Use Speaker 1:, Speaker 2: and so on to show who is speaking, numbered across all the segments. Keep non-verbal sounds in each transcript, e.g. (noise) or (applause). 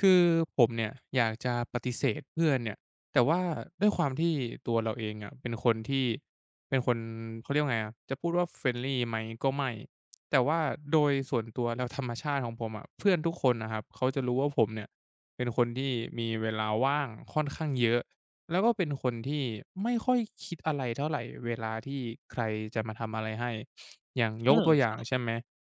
Speaker 1: คือผมเนี่ยอยากจะปฏิเสธเพื่อนเนี่ยแต่ว่าด้วยความที่ตัวเราเองอะเป็นคนที่เป็นคนเขาเรียกว่าไงอะจะพูดว่า friendly ไหมก็ไม่ แต่ว่าโดยส่วนตัวแล้วธรรมชาติของผมอะเพื่อนทุกคนน่ะครับเขาจะรู้ว่าผมเนี่ยเป็นคนที่มีเวลาว่างค่อนข้างเยอะแล้วก็เป็นคนที่ไม่ค่อยคิดอะไรเท่าไรเวลาที่ใครจะมาทำอะไรให้อย่างย
Speaker 2: อื
Speaker 1: ก
Speaker 2: ม
Speaker 1: ตัวอ
Speaker 2: ค
Speaker 1: ย่าง
Speaker 2: รั
Speaker 1: ใช่
Speaker 2: บ
Speaker 1: ไหม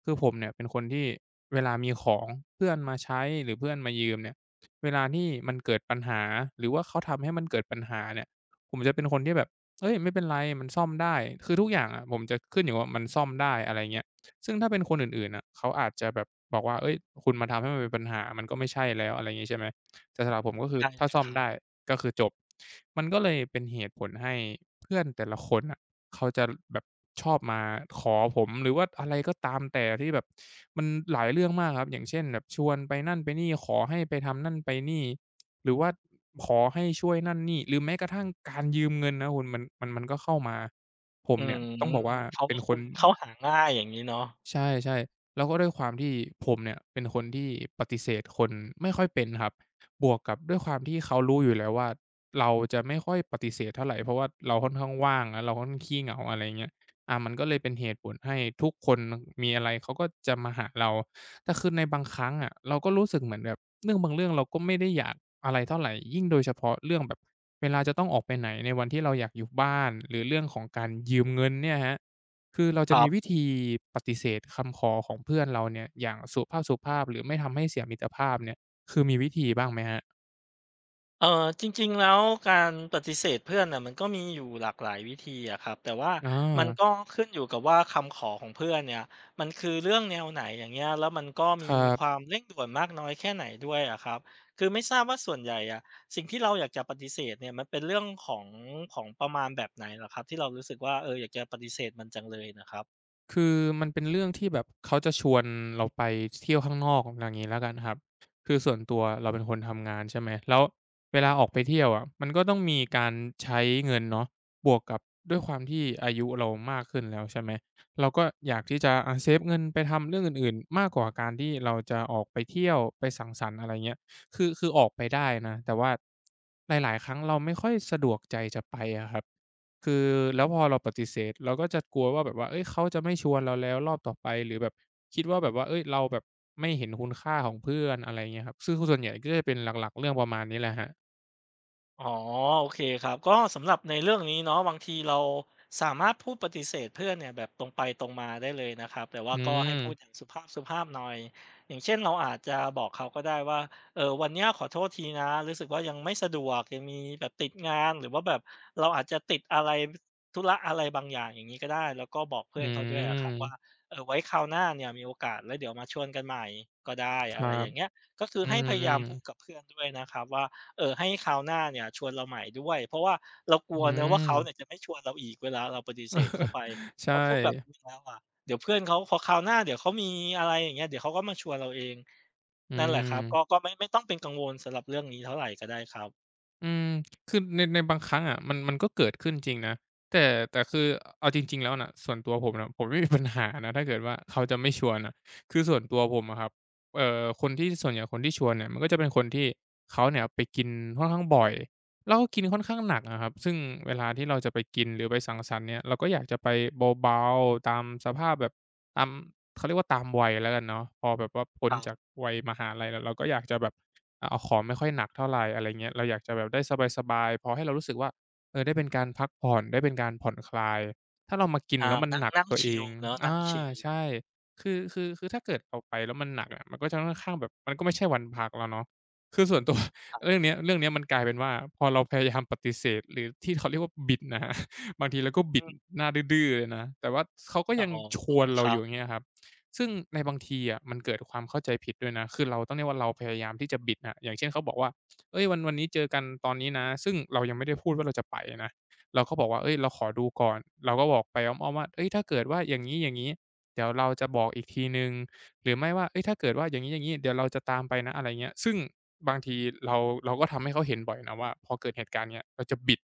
Speaker 1: คือผมเนี่ยเป็นคนที่เวลามีของเพื่อนมาใช้หรือเพื่อนมายืมเนี่ยเวลาที่มันเกิดปัญหาหรือว่าเขาทำให้มันเกิดปัญหาเนี่ยผมจะเป็นคนที่แบบเอ้ยไม่เป็นไรมันซ่อมได้คือทุกอย่างอะผมจะขึ้นอยู่ว่ามันซ่อมได้อะไรเงี้ยซึ่งถ้าเป็นคนอื่นๆน่ะเขาอาจจะแบบบอกว่าเฮ้ยคุณมาทำให้มันเป็นปัญหามันก็ไม่ใช่แล้วอะไรงี้ใช่ไหมแต่สำหรับผมก็คือ
Speaker 2: ใช่
Speaker 1: ถ้า
Speaker 2: เลย
Speaker 1: ซ่อ
Speaker 2: ค
Speaker 1: ม
Speaker 2: รั
Speaker 1: ได้
Speaker 2: บ
Speaker 1: ก็คือจบมันก็เลยเป็นเหตุผลให้เพื่อนแต่ละคน เขาจะแบบชอบมาขอผมหรือว่าอะไรก็ตามแต่ที่แบบมันหลายเรื่องมากครับอย่างเช่นแบบชวนไปนั่นไปนี่ขอให้ไปทำนั่นไปนี่หรือว่าขอให้ช่วยนั่นนี่หรือแม้กระทั่งการยืมเงินนะคุณมันก็เข้ามาผม
Speaker 2: อื
Speaker 1: เนี่ยต้
Speaker 2: ม
Speaker 1: องบอกว่า
Speaker 2: เพราะ
Speaker 1: เป็น
Speaker 2: ว่า
Speaker 1: ค
Speaker 2: คุ
Speaker 1: น
Speaker 2: ณเข้าหาง่ายอย่างงี้เนาะ
Speaker 1: ใช่ๆแล้วก็ด้วยความที่ผมเนี่ยเป็นคนที่ปฏิเสธคนไม่ค่อยเป็นครับบวกกับด้วยความที่เขารู้อยู่แล้วว่าเราจะไม่ค่อยปฏิเสธเท่าไรเพราะว่าเราค่อนข้างว่างแล้วเราค่อนข้างขี้เหงาอะไรอย่างเงี้ยมันก็เลยเป็นเหตุผลให้ทุกคนมีอะไรเขาก็จะมาหาเราแต่คือในบางครั้งอะเราก็รู้สึกเหมือนแบบเรื่องบางเรื่องเราก็ไม่ได้อยากอะไรเท่าไรยิ่งโดยเฉพาะเรื่องแบบเวลาจะต้องออกไปไหนในวันที่เราอยากอยู่บ้านหรือเรื่องของการยืมเงินเนี่ยครับ คือเรา
Speaker 2: ค
Speaker 1: จะ
Speaker 2: รั
Speaker 1: มีวิ
Speaker 2: บ
Speaker 1: ธีปฏิเสธคำขอของเพื่อนเราเนี่ยอย่างสุภาพๆหรือไม่ทำให้เสียมิตรภาพเนี่ยคือมีวิธีบ้างไหมครับ
Speaker 2: เอ่อจริงๆแล้วการปฏิเสธเพื่อนน่ะมันก็มีอยู่หลากหลายวิธีอะครับแต่ว่า
Speaker 1: อ
Speaker 2: มัน
Speaker 1: า
Speaker 2: ก็ขึ้นอยู่กับว่าคำขอของเพื่อนเนี่ยมันคือเรื่องแนวไหนอย่างเงี้ยแล้วมันก็
Speaker 1: ค
Speaker 2: มี
Speaker 1: รั
Speaker 2: ควา
Speaker 1: บ
Speaker 2: มเร่งด่วนมากน้อยแค่ไหนด้วยอะครับคือไม่ทราบว่าส่วนใหญ่อะสิ่งที่เราอยากจะปฏิเสธเนี่ยมันเป็นเรื่องของของประมาณแบบไหนเหรอครับที่เรารู้สึกว่าเอออยากจะปฏิเสธมันจังเลยน่ะครับ
Speaker 1: คือมันเป็นเรื่องที่แบบเขาจะชวนเราไปเที่ยวข้างนอกอะไรอย่างงี้แล้วกันครับคือส่วนตัวเราเป็นคนทำงานใช่ไหมแล้วเวลาออกไปเที่ยวอะมันก็ต้องมีการใช้เงินเนาะบวกกับด้วยความที่อายุเรามากขึ้นแล้วใช่ไหมเราก็อยากที่จะเซฟเงินไปทำเรื่องอื่นๆมากกว่าการที่เราจะออกไปเที่ยวไปสังสรรค์อะไรเงี้ยคือออกไปได้นะ แต่ว่าหลายๆครั้งเราไม่ค่อยสะดวกใจจะไปอะครับ คือแล้วพอเราปฏิเสธเราก็จะกลัวว่าแบบว่าเอ้ยเขาจะไม่ชวนเราแล้วรอบต่อไปหรือแบบคิดว่าแบบว่าเฮ้ยเราแบบไม่เห็นคุณค่าของเพื่อนอะไรเงี้ยครับซึ่งส่วนใหญ่ก็จะเป็นหลักๆเรื่องประมาณนี้แหละครับ
Speaker 2: อ๋อโอเคครับก็สำหรับในเรื่องนี้เนาะบางทีเราสามารถพูดปฏิเสธเพื่อนเนี่ยแบบตรงไปตรงมาได้เลยนะครับแต่ว่า
Speaker 1: อื
Speaker 2: ก็ให้
Speaker 1: ม
Speaker 2: พูดอย่างสุภาพสุภาพหน่อยอย่างเช่นเราอาจจะบอกเขาก็ได้ว่าเออวันเนี้ยขอโทษทีนะรู้สึกว่ายังไม่สะดวกยังมีแบบติดงานหรือว่าแบบเราอาจจะติดอะไรธุระอะไรบางอย่างอย่างนี้ก็ได้แล้วก็บอกเพื่
Speaker 1: อื
Speaker 2: อนเขาด้วยอะครับว่า
Speaker 1: ม
Speaker 2: เออไว้คราวหน้าเนี่ยมีโอกาสแล้วเดี๋ยวมาชวนกันใหม่ก็ได้
Speaker 1: ค
Speaker 2: อะ
Speaker 1: รั
Speaker 2: ไรอ
Speaker 1: บ
Speaker 2: ย่างเงี้ยก็คือ
Speaker 1: อื
Speaker 2: ให้พยายา
Speaker 1: ม
Speaker 2: มพูด
Speaker 1: ๆ
Speaker 2: กับเพื่อนด้วยนะครับว่า ให้คราวหน้าเนี่ยชวนเราใหม่ด้วยเพราะว่าเรากลั
Speaker 1: อื
Speaker 2: วเนาะว่าเขาเนี่ย
Speaker 1: ม
Speaker 2: จะไม่ชวนเราอีกเวลาเราปฏิเสธเขาไป
Speaker 1: ใช
Speaker 2: พอพูดแบบ
Speaker 1: ่
Speaker 2: นี้แล้วอะเดี๋ยวเพื่อนเขาพอคราวหน้าเดี๋ยวเขามีอะไรอย่างเงี้ยเดี๋ยวเขาก็มาชวนเราเอง
Speaker 1: อื
Speaker 2: นั่นแหละครับก็
Speaker 1: ม
Speaker 2: ก็ไม่ต้องเป็นกังวลสำหรับเรื่องนี้เท่าไรก็ได้ครับ
Speaker 1: อืมคือในบางครั้งอะมันก็เกิดขึ้นจริงนะแต่คือเอาจริงๆแล้วน่ะส่วนตัวผมน่ะผมไม่มีปัญหานะถ้าเกิดว่าเขาจะไม่ชวนน่ะคือส่วนตัวผมอะครับคนที่ส่วนใหญ่คนที่ชวนเนี่ยมันก็จะเป็นคนที่เขาเนี่ยไปกินค่อนข้างบ่อยแล้วก็กินค่อนข้างหนักอะครับซึ่งเวลาที่เราจะไปกินหรือไปสังสรรค์เนี่ยเราก็อยากจะไปเบาๆตามสภาพแบบตามเขาเรียกว่าตามวัยแล้วกันเนาะพอแบบว่าพ้
Speaker 2: ค
Speaker 1: น
Speaker 2: รับ
Speaker 1: จากวัยมหาลัยแล้วเราก็อยากจะแบบ เอาของไม่ค่อยหนักเท่าไรอะไรเงี้ยเราอยากจะแบบได้สบายๆพอให้เรารู้สึกว่าเออได้เป็นการพักผ่อนได้เป็นการผ่อนคลายถ้าเรามากิน
Speaker 2: อา
Speaker 1: แล้วมัน
Speaker 2: นั่
Speaker 1: ห
Speaker 2: ง
Speaker 1: นัก
Speaker 2: นั่ง
Speaker 1: ตัวเอ
Speaker 2: ชิล
Speaker 1: ง
Speaker 2: เนาะนั่
Speaker 1: อา
Speaker 2: งชิล
Speaker 1: ใช่คือถ้าเกิดเอาไปแล้วมันหนักอะมันก็จะค่อนข้างแบบมันก็ไม่ใช่วันพักแล้วเนาะคือส่วนตัว (laughs)
Speaker 2: ครั
Speaker 1: เรื่อง
Speaker 2: บ
Speaker 1: เนี้ยมันกลายเป็นว่าพอเราพยายามปฏิเสธหรือที่เขาเรียกว่าบิดนะครับ (laughs) บางทีเราก็
Speaker 2: อื
Speaker 1: บิด
Speaker 2: ม
Speaker 1: หน้าดื้อๆเลยนะแต่ว่าเขาก็
Speaker 2: อ๋อ
Speaker 1: ยังชวน
Speaker 2: ค
Speaker 1: เรา
Speaker 2: รั
Speaker 1: อยู่อย่า
Speaker 2: บ
Speaker 1: งเงี้ยครับ ซึ่งในบางทีอะมันเกิดความเข้าใจผิดด้วยนะคือเราต้องเรียกว่าเราพยายามที่จะบิดอะอย่างเช่นเขาบอกว่าเฮ้ยวันนี้เจอกันตอนนี้นะซึ่งเรายังไม่ได้พูดว่าเราจะไปนะเราก็บอกว่าเฮ้ยเราขอดูก่อนเราก็บอกไปอ้อมๆว่าเฮ้ยถ้าเกิดว่าอย่างงี้ๆเดี๋ยวเราจะบอกอีกทีหนึ่งหรือไม่ว่าเฮ้ยถ้าเกิดว่าอย่างงี้ๆเดี๋ยวเราจะตามไปนะอะไรเงี้ยซึ่งบางทีเราเราก็ทำให้เขาเห็นบ่อยนะว่าพอเกิดเหตุการณ์เงี้ยเราจะบิด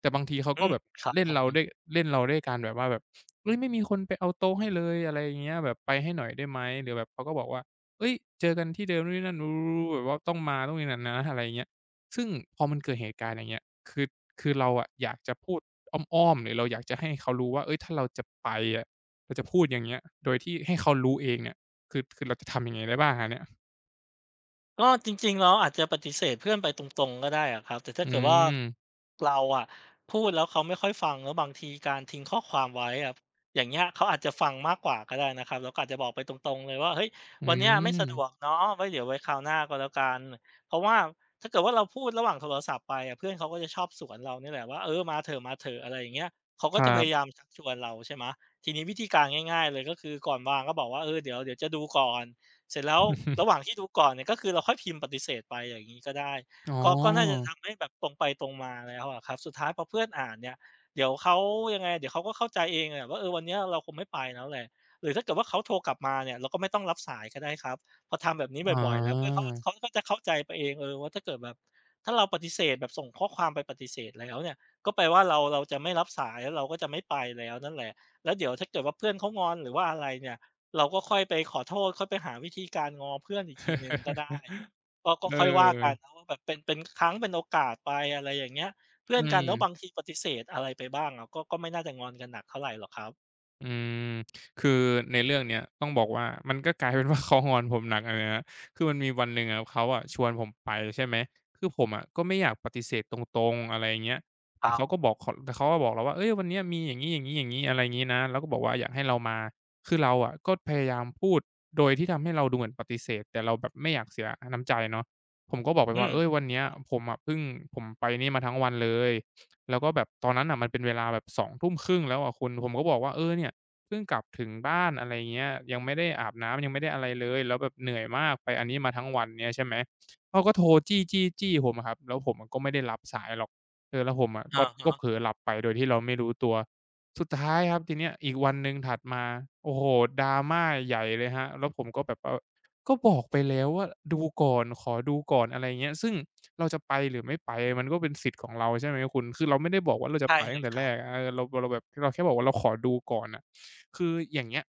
Speaker 1: แต่บางทีเขา
Speaker 2: อื
Speaker 1: ก็
Speaker 2: ม
Speaker 1: แบบ
Speaker 2: ครับ
Speaker 1: เล่น
Speaker 2: ผม
Speaker 1: เราด้วยเล่นเราด้วยการแบบว่าแบบ เฮ้ยไม่มีคนไปเอาโต๊ะให้เลยอะไรอย่างเงี้ยแบบไปให้หน่อยได้ไหมหรือแบบเขาก็บอกว่าเฮ้ยเจอกันที่เดิมนู่นนี่นั่น (unintelligible) แบบว่าต้องมาต้องนี่นั่นนะอะไรอย่างเงี้ยซึ่งพอมันเกิดเหตุการณ์อย่างเงี้ยคือคือเราอะอยากจะพูดอ้อมๆหรือเราอยากจะให้เขารู้ว่าเฮ้ยถ้าเราจะไปอะเราจะพูดอย่างเงี้ยโดยที่ให้เขารู้เองเนี่ยคือเราจะทำยังไงได้บ้างอะเนี่ย
Speaker 2: ก็จริงๆเราอาจจะปฏิเสธเพื่อนไปตรงๆก็ได้อะครับแต่ถ้า
Speaker 1: อื
Speaker 2: เกิดว่า
Speaker 1: ม
Speaker 2: เราอะพูดแล้วเขาไม่ค่อยฟังแล้วบางทีการทิ้งข้อความไว้อะอย่างเงี้ยเขาอาจจะฟังมากกว่าก็ได้นะครับเราก็อาจจะบอกไปตรงๆเลยว่าเฮ้ย
Speaker 1: อื
Speaker 2: วันเนี้ยไม่สะดวก
Speaker 1: ม
Speaker 2: เนาะไว้เดี๋ยวไว้คราวหน้าก็แล้วกันเพราะว่าถ้าเกิดว่าเราพูดระหว่างโทรศัพท์ไปอะเพื่อนเขาก็จะชอบสวนเรานี่แหละว่าเออมาเถอะมาเถอะอะไรอย่างเงี้ยเขาก็
Speaker 1: ค
Speaker 2: จะ
Speaker 1: รั
Speaker 2: พ
Speaker 1: บ
Speaker 2: ยายามชักชวนเราใช่ไหมทีนี้วิธีการง่ายๆเลยก็คือก่อนวางก็บอกว่าเออเดี๋ยวจะดูก่อน เสร็จแล้วระหว่าง
Speaker 1: (laughs)
Speaker 2: ที่ดูก่อนเนี่ยก็คือเราค่อยพิมพ์ปฏิเสธไปอย่างงี้ก็ได้
Speaker 1: อ๋
Speaker 2: ก็น่าจะ
Speaker 1: อ
Speaker 2: ทำให้แบบตรงไปตรงมาแล้วอะครับสุดท้ายพอเพื่อนอ่านเนี่ยเดี๋ยวเขายังไงเดี๋ยวเขาก็เข้าใจเองแหละว่าเออวันเนี้ยเราคงไม่ไปแล้วแหละหรือถ้าเกิดว่าเขาโทรกลับมาเนี่ยเราก็ไม่ต้องรับสายก็ได้ครับพอทำแบบนี้
Speaker 1: อ๋อ
Speaker 2: บ่อยๆแล้วเพื่อนเขาก็จะเข้าใจไปเองเออว่าถ้าเกิดแบบถ้าเราปฏิเสธแบบส่งข้อความไปปฏิเสธแล้วเนี่ยก็แปลว่าเราจะไม่รับสายแล้วเราก็จะไม่ไปแล้วนั่นแหละแล้วเดี๋ยวถ้าเกิดว่าเพื่อนเขางอนหรือว่าอะไรเนี่ย เราก็ค่อยไปขอโทษค่อยไปหาวิธีการง้อเพื่อนอีกทีหนึ่งก็ได้
Speaker 1: (laughs)
Speaker 2: ก็
Speaker 1: เ
Speaker 2: ค่อยว่ากัน
Speaker 1: ออ
Speaker 2: นะว่าแบบเป็นครั้งเป็นโอกาสไปอะไรอย่างเงี้ยเพื่อ
Speaker 1: อื
Speaker 2: นกัน
Speaker 1: ม
Speaker 2: เนาะบางทีปฏิเสธอะไรไปบ้างเราก็ไม่น่าจะงอนกันหนักเท่าไรหรอกครับ
Speaker 1: อืมคือในเรื่องเนี้ยต้องบอกว่ามันก็กลายเป็นว่า (laughs) เขางอนผมหนักอะนะครับคือมันมีวันหนึ่งอะเขาอะชวนผมไปใช่ไหมคือผมอะก็ไม่อยากปฏิเสธตรงๆอะไรอย่างเงี้ย
Speaker 2: ครับ
Speaker 1: แต่เขาก็บอกเราว่าเฮ้ยวันเนี้ยมีอย่างงี้ๆๆอะไรงี้นะแล้วก็บอกว่าอยากให้เรามาคือเราอะก็พยายามพูดโดยที่ทำให้เราดูเหมือนปฏิเสธแต่เราแบบไม่อยากเสียน้ำใจเนาะผมก็บอกไป
Speaker 2: อื
Speaker 1: ว่าเฮ้ยวั
Speaker 2: ม
Speaker 1: นเนี้ยผมอะเพิ่งผมไปนี่มาทั้งวันเลยแล้วก็แบบตอนนั้นน่ะมันเป็นเวลาแบบสองทุ่มครึ่งแล้วอะคุณผมก็บอกว่าเออเนี่ย เพิ่งกลับถึงบ้านอะไรเงี้ยยังไม่ได้อาบน้ำยังไม่ได้อะไรเลยแล้วแบบเหนื่อยมากไปอันนี้มาทั้งวันเงี้ยใช่ไหมเขาก็โทรจี้ๆๆผมอะครับแล้วผมอะก็ไม่ได้รับสายหรอกเออแล้วผมอะก็
Speaker 2: อะ
Speaker 1: ก็
Speaker 2: ฮะ
Speaker 1: เผลอหลับไปโดยที่เราไม่รู้ตัวสุดท้ายครับทีเนี้ยอีกวันหนึ่งถัดมาโอ้โฮ drama ใหญ่เลยครับแล้วผมก็แบบว่าก็บอกไปแล้วว่าดูก่อนขอดูก่อนอะไรเงี้ยซึ่งเราจะไปหรือไม่ไปมันก็เป็นสิทธิ์ของเราใช่ไหมคุณคือเราไม่ได้บอกว่าเราจะ
Speaker 2: ใช่
Speaker 1: ไป
Speaker 2: เล
Speaker 1: ตั้ง
Speaker 2: ย
Speaker 1: แต่
Speaker 2: ค
Speaker 1: แร
Speaker 2: รับ
Speaker 1: กเออเราแบบเราแค่บอกว่าเราขอดูก่อนอะ คืออย่างเงี้ย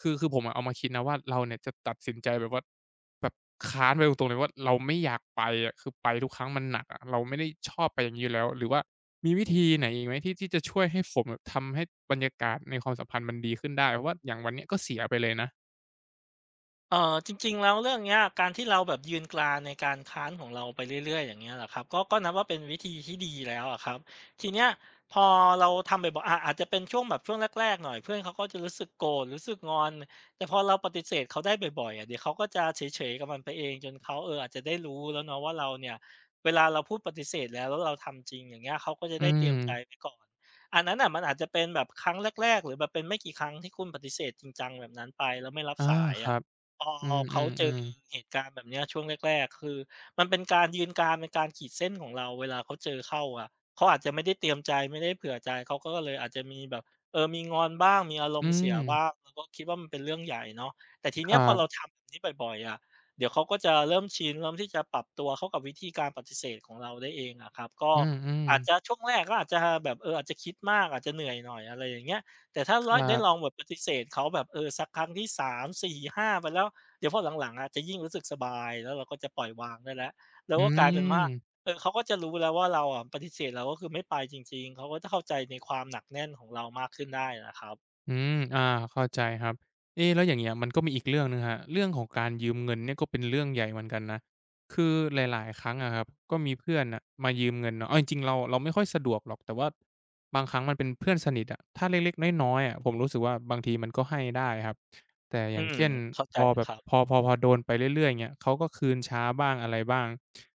Speaker 1: คือผมอะเอามาคิดนะว่าเราเนี่ยจะตัดสินใจแบบว่าแบบค้านไปตรงๆเลยว่าเราไม่อยากไปอะคือไปทุกครั้งมันหนักอะเราไม่ได้ชอบไปอย่างงี้อยู่แล้วหรือว่ามีวิธีไหนอีกไหมที่จะช่วยให้ผมแบบทำให้บรรยากาศในความสัมพันธ์มันดีขึ้นได้เพราะว่าอย่างวันเนี้ยก็เสียไปเลยนะ
Speaker 2: จริงๆแล้วเรื่องเนี้ยการที่เราแบบยืนกรานในการค้านของเราไปเรื่อยๆอย่างเงี้ยแหลอครับก็นับว่าเป็นวิธีที่ดีแล้วอะครับทีเนี้ยพอเราทำไปบ่อยๆอะอาจจะเป็นช่วงแบบช่วงแรกๆหน่อยเพื่อนเขาก็จะรู้สึกโกรธรู้สึกงอนแต่พอเราปฏิเสธเขาได้บ่อยๆอะเดี๋ยวเขาก็จะเฉยๆกับมันไปเองจนเขาเอออาจจะได้รู้แล้วเนาะว่าเราเนี่ยเวลาเราพูดปฏิเสธแล้วเราทำจริงอย่างเงี้ยเขาก็จะ
Speaker 1: อื
Speaker 2: ได้เตรี
Speaker 1: ม
Speaker 2: ยมใจไว้ก่อนอันนั้นอ่ะมันอาจจะเป็นแบบครั้งแรกๆหรือแบบเป็นไม่กี่ครั้งที่คุณปฏิเสธจริงจังแบบนั้นไปแล้วไม่รับ
Speaker 1: อา
Speaker 2: สาย
Speaker 1: ค
Speaker 2: อะ
Speaker 1: รับ
Speaker 2: พอ
Speaker 1: อื
Speaker 2: เขาเจอ
Speaker 1: มๆๆ
Speaker 2: เหตุการณ์แบบเนี้ยช่วงแรกๆคือมันเป็นการยืนกรานเป็นการขีดเส้นของเราเวลาเขาเจอเข้าอะเขาอาจจะไม่ได้เตรียมใจไม่ได้เผื่อใจเขาก็เลยอาจจะมีแบบมีงอนบ้างมีอาร
Speaker 1: อื
Speaker 2: มณ์เสียบ้าง
Speaker 1: ม
Speaker 2: เราก็คิดว่ามันเป็นเรื่องใหญ่เนาะแต่ที
Speaker 1: ค
Speaker 2: เนี้ย
Speaker 1: รั
Speaker 2: พอเรา
Speaker 1: บ
Speaker 2: ทำแบบนี้บ่อยๆอะเดี๋ยวเขาก็จะเริ่มชินเริ่มที่จะปรับตัวเข้ากับวิธีการปฏิเสธของเราได้เองอะครับก็
Speaker 1: อื
Speaker 2: อาจจะ
Speaker 1: ม
Speaker 2: ช่วงแรกก็อาจจะแบบอาจจะคิดมากอาจจะเหนื่อยหน่อยอะไรอย่างเงี้ย แต่ถ้า
Speaker 1: ๆค
Speaker 2: ร้อย
Speaker 1: รั
Speaker 2: ได้ลอง
Speaker 1: บ
Speaker 2: แบบปฏิเสธเขาแบบสักครั้งที่3 4 5ไปแล้วเดี๋ยวพอหลังๆอะจะยิ่งรู้สึกสบายแล้วเราก็จะปล่อยวางได้แล้วแล้ว
Speaker 1: อื
Speaker 2: ก็กลายเป็นว่า
Speaker 1: ม
Speaker 2: เขาก็จะรู้แล้วว่าเราอะปฏิเสธเราก็คือไม่ไปจริงๆเขาก็จะเข้าใจในความหนักแน่นของเรามากขึ้นได้นะครับ
Speaker 1: อืมอาเข้าใจครับเอ๊ะแล้วอย่างเงี้ยมันก็มีอีกเรื่องหนึ่งครับเรื่องของการยืมเงินเนี่ยก็เป็นเรื่องใหญ่เหมือนกันนะคือหลายๆครั้งอะครับก็มีเพื่อนน่ะมายืมเงินเนาะเอาจริงๆเราไม่ค่อยสะดวกหรอกแต่ว่าบางครั้งมันเป็นเพื่อนสนิทอะถ้าเล็กๆน้อยๆอะผมรู้สึกว่าบางทีมันก็ให้ได้ครับแต่อ
Speaker 2: อื
Speaker 1: ย่าง
Speaker 2: ม
Speaker 1: เช่น
Speaker 2: เข้าใจ
Speaker 1: พอ
Speaker 2: เล
Speaker 1: แบ
Speaker 2: ยค
Speaker 1: บ
Speaker 2: รั
Speaker 1: พ
Speaker 2: บ
Speaker 1: อพอพอโดนไปเรื่อยๆอย่างเงี้ยเขาก็คืนช้าบ้างอะไรบ้าง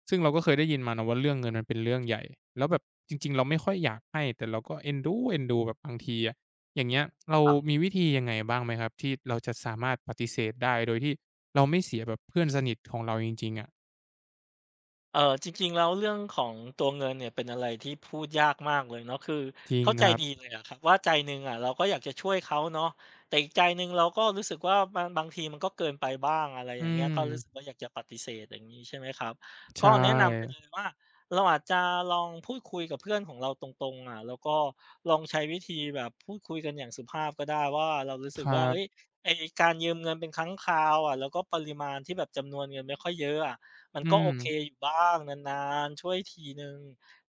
Speaker 1: ซึ่งเราก็เคยได้ยินมาเนาะว่าเรื่องเงินมันเป็นเรื่องใหญ่แล้วแบบจริงๆเราไม่ค่อยอยากให้แต่เราก็เอ็นดูแบบบางทีอะ อย่างเงี้ยเรา
Speaker 2: ครั
Speaker 1: มี
Speaker 2: บ
Speaker 1: วิธียังไงบ้างไหมครับที่เราจะสามารถปฏิเสธได้โดยที่เราไม่เสียแบบเพื่อนสนิทของเราจริงๆอะ
Speaker 2: จริงๆแล้วเรื่องของตัวเงินเนี่ยเป็นอะไรที่พูดยากมากเลยเนาะคือ
Speaker 1: จริง
Speaker 2: เข้าใจ
Speaker 1: ครับ
Speaker 2: ดีเลยอะครับว่าใจหนึ่งอะเราก็อยากจะช่วยเขาเนาะแต่อีกใจหนึ่งเราก็รู้สึกว่าบางทีมันก็เกินไปบ้างอะไรอ
Speaker 1: อื
Speaker 2: ย่างเงี้ย
Speaker 1: ม
Speaker 2: ก็รู้สึกว่าอยากจะปฏิเสธอย่างนี้ใช่ไหมครับ
Speaker 1: ใช
Speaker 2: ก็แนะนำไปเล
Speaker 1: ่
Speaker 2: ยว่าเราอาจจะลองพูดคุยกับเพื่อนของเราตรงๆอะแล้วก็ลองใช้วิธีแบบพูดคุยกันอย่างสุภาพก็ได้ว่าเรารู้
Speaker 1: ค
Speaker 2: สึก
Speaker 1: รั
Speaker 2: ว่าเอ้ย
Speaker 1: บ
Speaker 2: ไอการยืมเงินเป็นครั้งคราวอะแล้วก็ปริมาณที่แบบจำนวนเงินไม่ค่อยเยอะอะ มัน
Speaker 1: อื
Speaker 2: ก็โอ
Speaker 1: ม
Speaker 2: เคอยู่บ้างนานๆช่วยทีหนึ่ง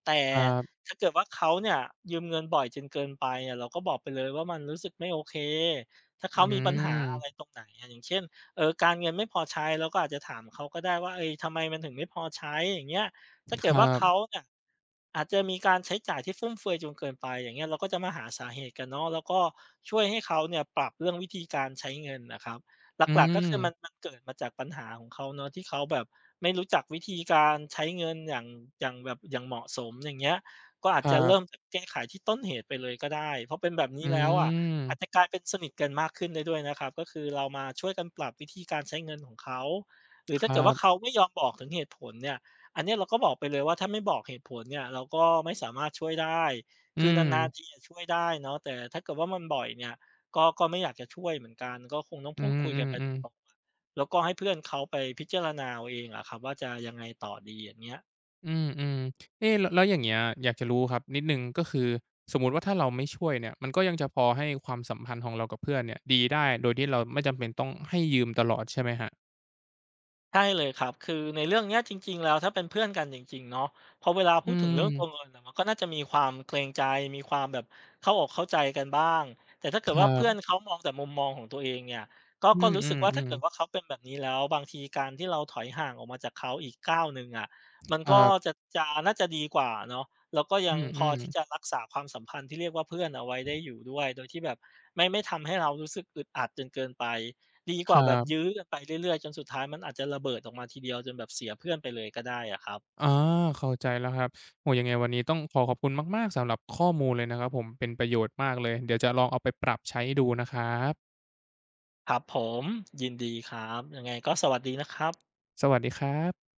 Speaker 2: แต่
Speaker 1: ครับ
Speaker 2: ถ้าเกิดว่าเขาเนี่ยยืมเงินบ่อยจนเกินไปเนี่ยเราก็บอกไปเลยว่ามันรู้สึกไม่โอเคถ้า
Speaker 1: อื
Speaker 2: เขามีปัญหาอะไร
Speaker 1: ม
Speaker 2: ตรงไหนอะอย่างเช่นการเงินไม่พอใช้เราก็อาจจะถามเขาก็ได้ว่าเฮ้ยทำไมมันถึงไม่พอใช้อย่างเงี้ยถ้า
Speaker 1: ค
Speaker 2: เกิด
Speaker 1: รั
Speaker 2: ว่าเขา
Speaker 1: บ
Speaker 2: เนี่ยอาจจะมีการใช้จ่ายที่ฟุ่มเฟือยจนเกินไปอย่างเงี้ยเราก็จะมาหาสาเหตุกันเนาะแล้วก็ช่วยให้เขาเนี่ยปรับเรื่องวิธีการใช้เงินน่ะครับ ห
Speaker 1: อื
Speaker 2: ลักๆก็คือมั
Speaker 1: ม
Speaker 2: นเกิดมาจากปัญหาของเขาเนาะที่เขาแบบไม่รู้จักวิธีการใช้เงินอย่างอย่างแบบอย่างเหมาะสมอย่างเงี้ยก็อาจ
Speaker 1: ครั
Speaker 2: จะเริ่ม
Speaker 1: บ
Speaker 2: จากแก้ไขที่ต้นเหตุไปเลยก็ได้เพราะเป็นแบบนี้
Speaker 1: อื
Speaker 2: แล้วอะอาจจะ
Speaker 1: ม
Speaker 2: กลายเป็นสนิทกันมากขึ้นได้ด้วยนะครับก็คือเรามาช่วยกันปรับวิธีการใช้เงินของเขาหรือ
Speaker 1: ค
Speaker 2: ถ้า
Speaker 1: รั
Speaker 2: เกิดว่า
Speaker 1: บ
Speaker 2: เขาไม่ยอมบอกถึงเหตุผลเนี่ยอันเนี้ยเราก็บอกไปเลยว่าถ้าไม่บอกเหตุผลเนี่ยเราก็ไม่สามารถช่วยได้
Speaker 1: อื
Speaker 2: คือน
Speaker 1: ม
Speaker 2: านๆทีอะช่วยได้เนาะแต่ถ้าเกิดว่ามันบ่อยเนี่ย ก็ไม่อยากจะช่วยเหมือนกันก็คงต้อง
Speaker 1: อื
Speaker 2: พูดคุยกันไปต
Speaker 1: อๆ
Speaker 2: รง
Speaker 1: ๆ
Speaker 2: ๆอะแล้วก็ให้เพื่อนเขาไปพิจารณาเอาเองอะครับว่าจะยังไงต่อดีอย่างเงี้ย
Speaker 1: อืมๆเอ๊แล้วอย่างเงี้ยอยากจะรู้ครับนิดหนึ่งก็คือสมมุติว่าถ้าเราไม่ช่วยเนี่ยมันก็ยังจะพอให้ความสัมพันธ์ของเรากับเพื่อนเนี่ยดีได้โดยที่เราไม่จำเป็นต้องให้ยืมตลอดใช่ไหมครับ
Speaker 2: ใช่เลยครับคือในเรื่องเนี้ยจริงๆแล้วถ้าเป็นเพื่อนกันจริงๆเนาะพอเวลาพู
Speaker 1: อื
Speaker 2: ดถึงเรื่องตัว
Speaker 1: ม
Speaker 2: เงินน่ะมันก็น่าจะมีความเกรงใจมีความแบบเข้าอกเข้าใจกันบ้างแต่ถ้าเกิ
Speaker 1: ค
Speaker 2: ด
Speaker 1: รั
Speaker 2: ว่าเพื่อน
Speaker 1: บ
Speaker 2: เขามองแต่มุมมองของตัวเองเนี่ยก็
Speaker 1: อื
Speaker 2: ก็
Speaker 1: มอ
Speaker 2: รู้
Speaker 1: อื
Speaker 2: สึก
Speaker 1: ม
Speaker 2: ว่า
Speaker 1: อื
Speaker 2: ถ้า
Speaker 1: ม
Speaker 2: เกิดว่าเขาเป็นแบบนี้แล้วบางทีการที่เราถอยห่างออกมาจากเขาอีกก้าวหนึ่งอะมัน
Speaker 1: ค
Speaker 2: ก็
Speaker 1: รับ
Speaker 2: จะน่าจะดีกว่าเนาะแล้วก็
Speaker 1: อื
Speaker 2: ยัง
Speaker 1: ม
Speaker 2: พ
Speaker 1: อื
Speaker 2: อ
Speaker 1: ม
Speaker 2: ที่จะรักษาความสัมพันธ์ที่เรียกว่าเพื่อนเอาไว้ได้อยู่ด้วยโดยที่แบบไม่ทำให้เรารู้สึกอึดอัดจนเกินไป ดีก
Speaker 1: ค
Speaker 2: ว่า
Speaker 1: รั
Speaker 2: แบบ
Speaker 1: บ
Speaker 2: ยื้อกันไปเรื่อยๆจนสุดท้ายมันอาจจะระเบิดออกมาทีเดียวจนแบบเสียเพื่อนไปเลยก็ได้อะครับ
Speaker 1: อาเข้าใจแล้วครับโอ้โฮยังไงวันนี้ต้องขอขอบคุณมากๆสำหรับข้อมูลเลยนะครับผม เป็นประโยชน์มากเลย เดี๋ยวจะลองเอาไปปรับใช้ดูนะครับ
Speaker 2: ครับผมยินดีครับยังไงก็สวัสดีนะครับ
Speaker 1: สวัสดีครับ